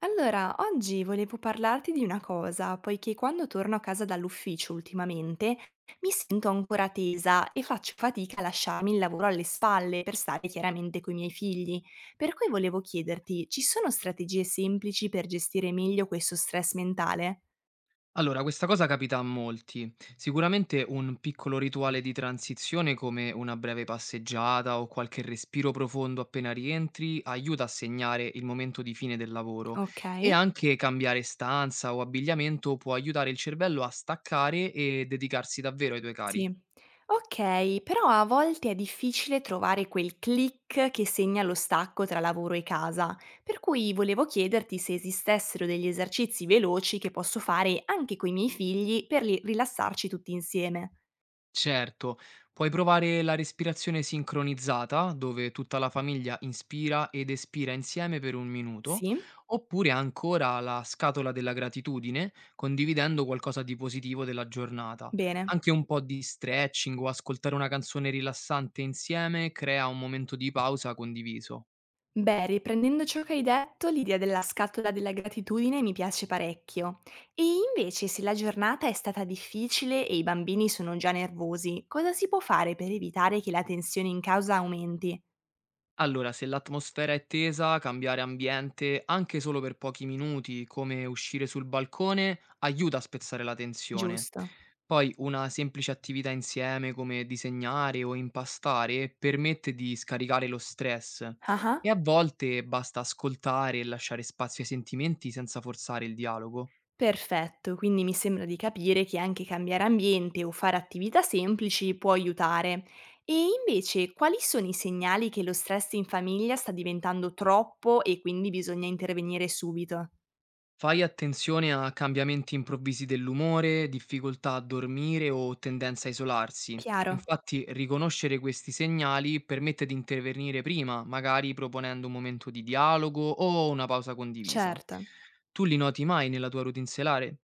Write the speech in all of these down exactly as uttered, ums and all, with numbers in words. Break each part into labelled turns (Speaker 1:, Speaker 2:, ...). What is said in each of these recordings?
Speaker 1: Allora, oggi volevo parlarti di una cosa, poiché quando torno a casa dall'ufficio ultimamente mi sento ancora tesa e faccio fatica a lasciarmi il lavoro alle spalle per stare chiaramente con i miei figli. Per cui volevo chiederti, ci sono strategie semplici per gestire meglio questo stress mentale?
Speaker 2: Allora, questa cosa capita a molti. Sicuramente un piccolo rituale di transizione come una breve passeggiata o qualche respiro profondo appena rientri aiuta a segnare il momento di fine del lavoro
Speaker 1: Ok.
Speaker 2: e anche cambiare stanza o abbigliamento può aiutare il cervello a staccare e dedicarsi davvero ai tuoi
Speaker 1: Sì.
Speaker 2: cari.
Speaker 1: Okay, però a volte è difficile trovare quel click che segna lo stacco tra lavoro e casa, per cui volevo chiederti se esistessero degli esercizi veloci che posso fare anche coi miei figli per li rilassarci tutti insieme.
Speaker 2: Certo, puoi provare la respirazione sincronizzata, dove tutta la famiglia inspira ed espira insieme per un minuto,
Speaker 1: Sì?
Speaker 2: oppure ancora la scatola della gratitudine, condividendo qualcosa di positivo della giornata.
Speaker 1: Bene.
Speaker 2: Anche un po' di stretching o ascoltare una canzone rilassante insieme crea un momento di pausa condiviso.
Speaker 1: Beh, riprendendo ciò che hai detto, l'idea della scatola della gratitudine mi piace parecchio. E invece se la giornata è stata difficile e i bambini sono già nervosi, cosa si può fare per evitare che la tensione in casa aumenti?
Speaker 2: Allora, se l'atmosfera è tesa, cambiare ambiente, anche solo per pochi minuti, come uscire sul balcone, aiuta a spezzare la tensione.
Speaker 1: Giusto.
Speaker 2: Poi una semplice attività insieme, come disegnare o impastare, permette di scaricare lo stress
Speaker 1: Ah-ah.
Speaker 2: e a volte basta ascoltare e lasciare spazio ai sentimenti senza forzare il dialogo.
Speaker 1: Perfetto, quindi mi sembra di capire che anche cambiare ambiente o fare attività semplici può aiutare. E invece, quali sono i segnali che lo stress in famiglia sta diventando troppo e quindi bisogna intervenire subito?
Speaker 2: Fai attenzione a cambiamenti improvvisi dell'umore, difficoltà a dormire o tendenza a isolarsi.
Speaker 1: Chiaro,
Speaker 2: Infatti, riconoscere questi segnali permette di intervenire prima, magari proponendo un momento di dialogo o una pausa condivisa.
Speaker 1: certo.
Speaker 2: Tu li noti mai nella tua routine selare?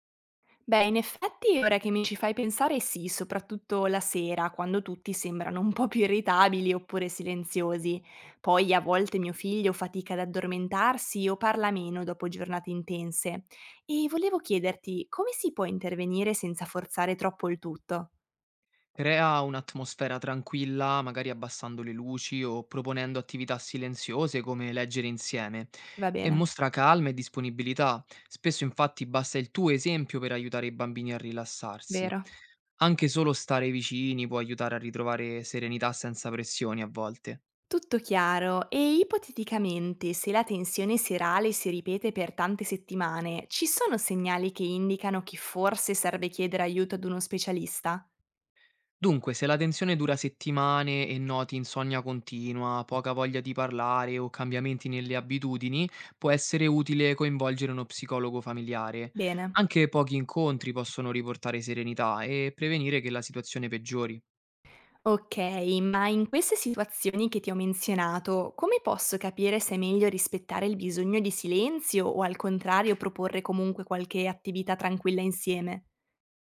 Speaker 1: Beh, in effetti ora che mi ci fai pensare sì, soprattutto la sera, quando tutti sembrano un po' più irritabili oppure silenziosi. Poi a volte mio figlio fatica ad addormentarsi o parla meno dopo giornate intense. E volevo chiederti come si può intervenire senza forzare troppo il tutto?
Speaker 2: Crea un'atmosfera tranquilla, magari abbassando le luci o proponendo attività silenziose come leggere insieme,
Speaker 1: Va
Speaker 2: e
Speaker 1: bene,
Speaker 2: mostra calma e disponibilità. Spesso infatti basta il tuo esempio per aiutare i bambini a rilassarsi.
Speaker 1: vero.
Speaker 2: Anche solo stare vicini può aiutare a ritrovare serenità senza pressioni a volte.
Speaker 1: Tutto chiaro. E ipoteticamente, se la tensione serale si ripete per tante settimane, ci sono segnali che indicano che forse serve chiedere aiuto ad uno specialista?
Speaker 2: Dunque, se la tensione dura settimane e noti insonnia continua, poca voglia di parlare o cambiamenti nelle abitudini, può essere utile coinvolgere uno psicologo familiare.
Speaker 1: Bene.
Speaker 2: Anche pochi incontri possono riportare serenità e prevenire che la situazione peggiori.
Speaker 1: Okay, ma in queste situazioni che ti ho menzionato, come posso capire se è meglio rispettare il bisogno di silenzio o al contrario proporre comunque qualche attività tranquilla insieme?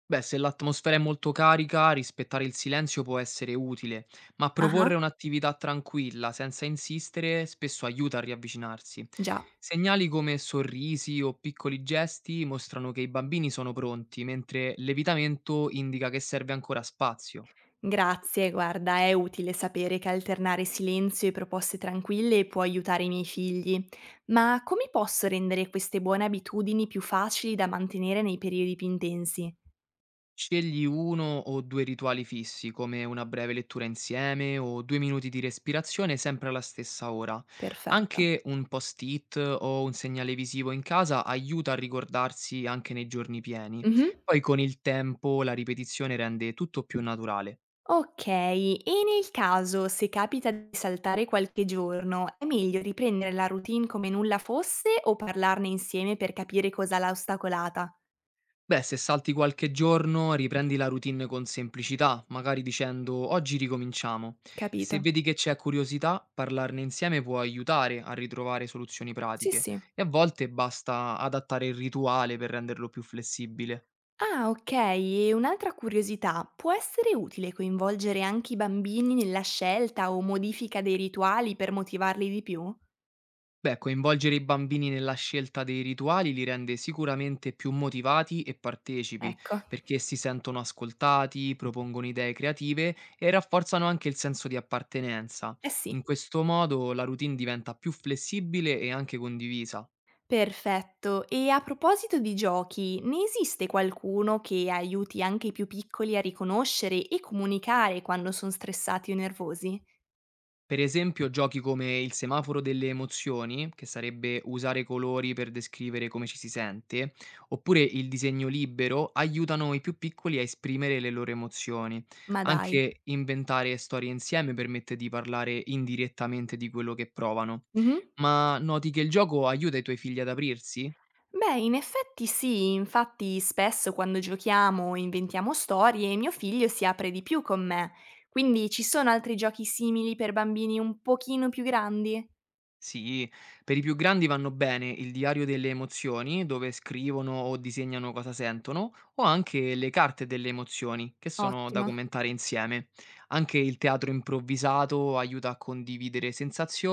Speaker 2: Beh, se l'atmosfera è molto carica, rispettare il silenzio può essere utile, ma
Speaker 1: Ah-ah,
Speaker 2: proporre un'attività tranquilla, senza insistere, spesso aiuta a riavvicinarsi.
Speaker 1: già.
Speaker 2: Segnali come sorrisi o piccoli gesti mostrano che i bambini sono pronti, mentre l'evitamento indica che serve ancora spazio.
Speaker 1: Grazie, guarda, è utile sapere che alternare silenzio e proposte tranquille può aiutare i miei figli. Ma come posso rendere queste buone abitudini più facili da mantenere nei periodi più intensi?
Speaker 2: Scegli uno o due rituali fissi, come una breve lettura insieme o due minuti di respirazione sempre alla stessa ora.
Speaker 1: Perfetto.
Speaker 2: Anche un post-it o un segnale visivo in casa aiuta a ricordarsi anche nei giorni pieni.
Speaker 1: Mh-mh.
Speaker 2: Poi con il tempo la ripetizione rende tutto più naturale.
Speaker 1: Okay, e nel caso se capita di saltare qualche giorno, è meglio riprendere la routine come nulla fosse o parlarne insieme per capire cosa l'ha ostacolata?
Speaker 2: Beh, se salti qualche giorno, riprendi la routine con semplicità, magari dicendo oggi ricominciamo. Se
Speaker 1: Capito.
Speaker 2: vedi che c'è curiosità, parlarne insieme può aiutare a ritrovare soluzioni
Speaker 1: Sì,
Speaker 2: pratiche
Speaker 1: sì.
Speaker 2: e a volte basta adattare il rituale per renderlo più flessibile.
Speaker 1: Ah, okay, e un'altra curiosità, può essere utile coinvolgere anche i bambini nella scelta o modifica dei rituali per motivarli di più?
Speaker 2: Beh, coinvolgere i bambini nella scelta dei rituali li rende sicuramente più motivati e partecipi,
Speaker 1: Ecco,
Speaker 2: perché si sentono ascoltati, propongono idee creative e rafforzano anche il senso di appartenenza.
Speaker 1: eh
Speaker 2: In
Speaker 1: sì.
Speaker 2: questo modo la routine diventa più flessibile e anche condivisa.
Speaker 1: Perfetto. E a proposito di giochi, ne esiste qualcuno che aiuti anche i più piccoli a riconoscere e comunicare quando sono stressati o nervosi?
Speaker 2: Per esempio giochi come il semaforo delle emozioni, che sarebbe usare i colori per descrivere come ci si sente, oppure il disegno libero, aiutano i più piccoli a esprimere le loro emozioni.
Speaker 1: Ma dai.
Speaker 2: Anche inventare storie insieme permette di parlare indirettamente di quello che provano.
Speaker 1: Mh-mh.
Speaker 2: Ma noti che il gioco aiuta i tuoi figli ad aprirsi?
Speaker 1: Beh, in effetti sì, infatti spesso quando giochiamo o inventiamo storie, mio figlio si apre di più con me. Quindi ci sono altri giochi simili per bambini un pochino più grandi?
Speaker 2: Sì, per i più grandi vanno bene il diario delle emozioni, dove scrivono o disegnano cosa sentono, o anche le carte delle emozioni, che sono da
Speaker 1: Ottimo.
Speaker 2: commentare insieme. Anche il teatro improvvisato aiuta a condividere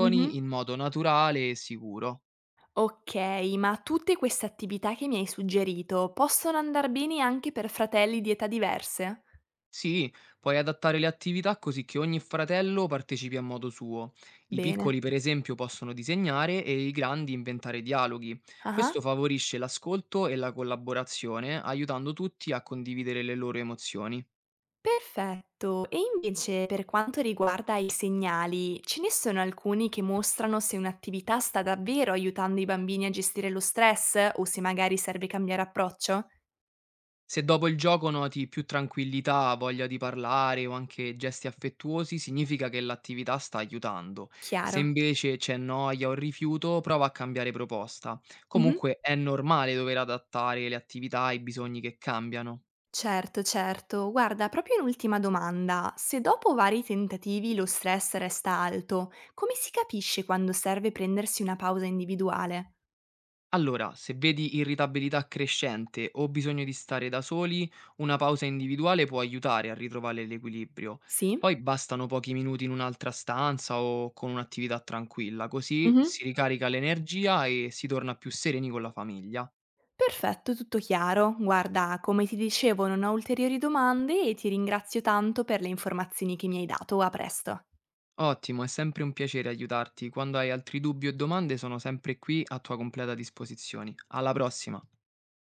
Speaker 1: Mh-mh.
Speaker 2: in modo naturale e sicuro.
Speaker 1: Okay, ma tutte queste attività che mi hai suggerito possono andar bene anche per fratelli di età diverse?
Speaker 2: Sì, puoi adattare le attività così che ogni fratello partecipi a modo suo. I
Speaker 1: Bene.
Speaker 2: piccoli, per esempio, possono disegnare e i grandi inventare dialoghi.
Speaker 1: Ah-ah.
Speaker 2: Questo favorisce l'ascolto e la collaborazione, aiutando tutti a condividere le loro emozioni.
Speaker 1: Perfetto. E invece per quanto riguarda i segnali, ce ne sono alcuni che mostrano se un'attività sta davvero aiutando i bambini a gestire lo stress o se magari serve cambiare approccio?
Speaker 2: Se dopo il gioco noti più tranquillità, voglia di parlare o anche gesti affettuosi, significa che l'attività sta aiutando. Se
Speaker 1: Chiaro.
Speaker 2: invece c'è noia o rifiuto, prova a cambiare proposta.
Speaker 1: Mh-mh.
Speaker 2: Comunque è normale dover adattare le attività ai bisogni che cambiano.
Speaker 1: Certo, certo. Guarda, proprio un'ultima domanda. Se dopo vari tentativi lo stress resta alto, come si capisce quando serve prendersi una pausa individuale?
Speaker 2: Allora, se vedi irritabilità crescente o bisogno di stare da soli, una pausa individuale può aiutare a ritrovare l'equilibrio.
Speaker 1: Sì?
Speaker 2: Poi bastano pochi minuti in un'altra stanza o con un'attività tranquilla, così
Speaker 1: Mhm.
Speaker 2: si ricarica l'energia e si torna più sereni con la famiglia.
Speaker 1: Perfetto, tutto chiaro. Guarda, come ti dicevo, non ho ulteriori domande e ti ringrazio tanto per le informazioni che mi hai dato. A presto.
Speaker 2: Ottimo, è sempre un piacere aiutarti. Quando hai altri dubbi o domande sono sempre qui a tua completa disposizione. Alla prossima!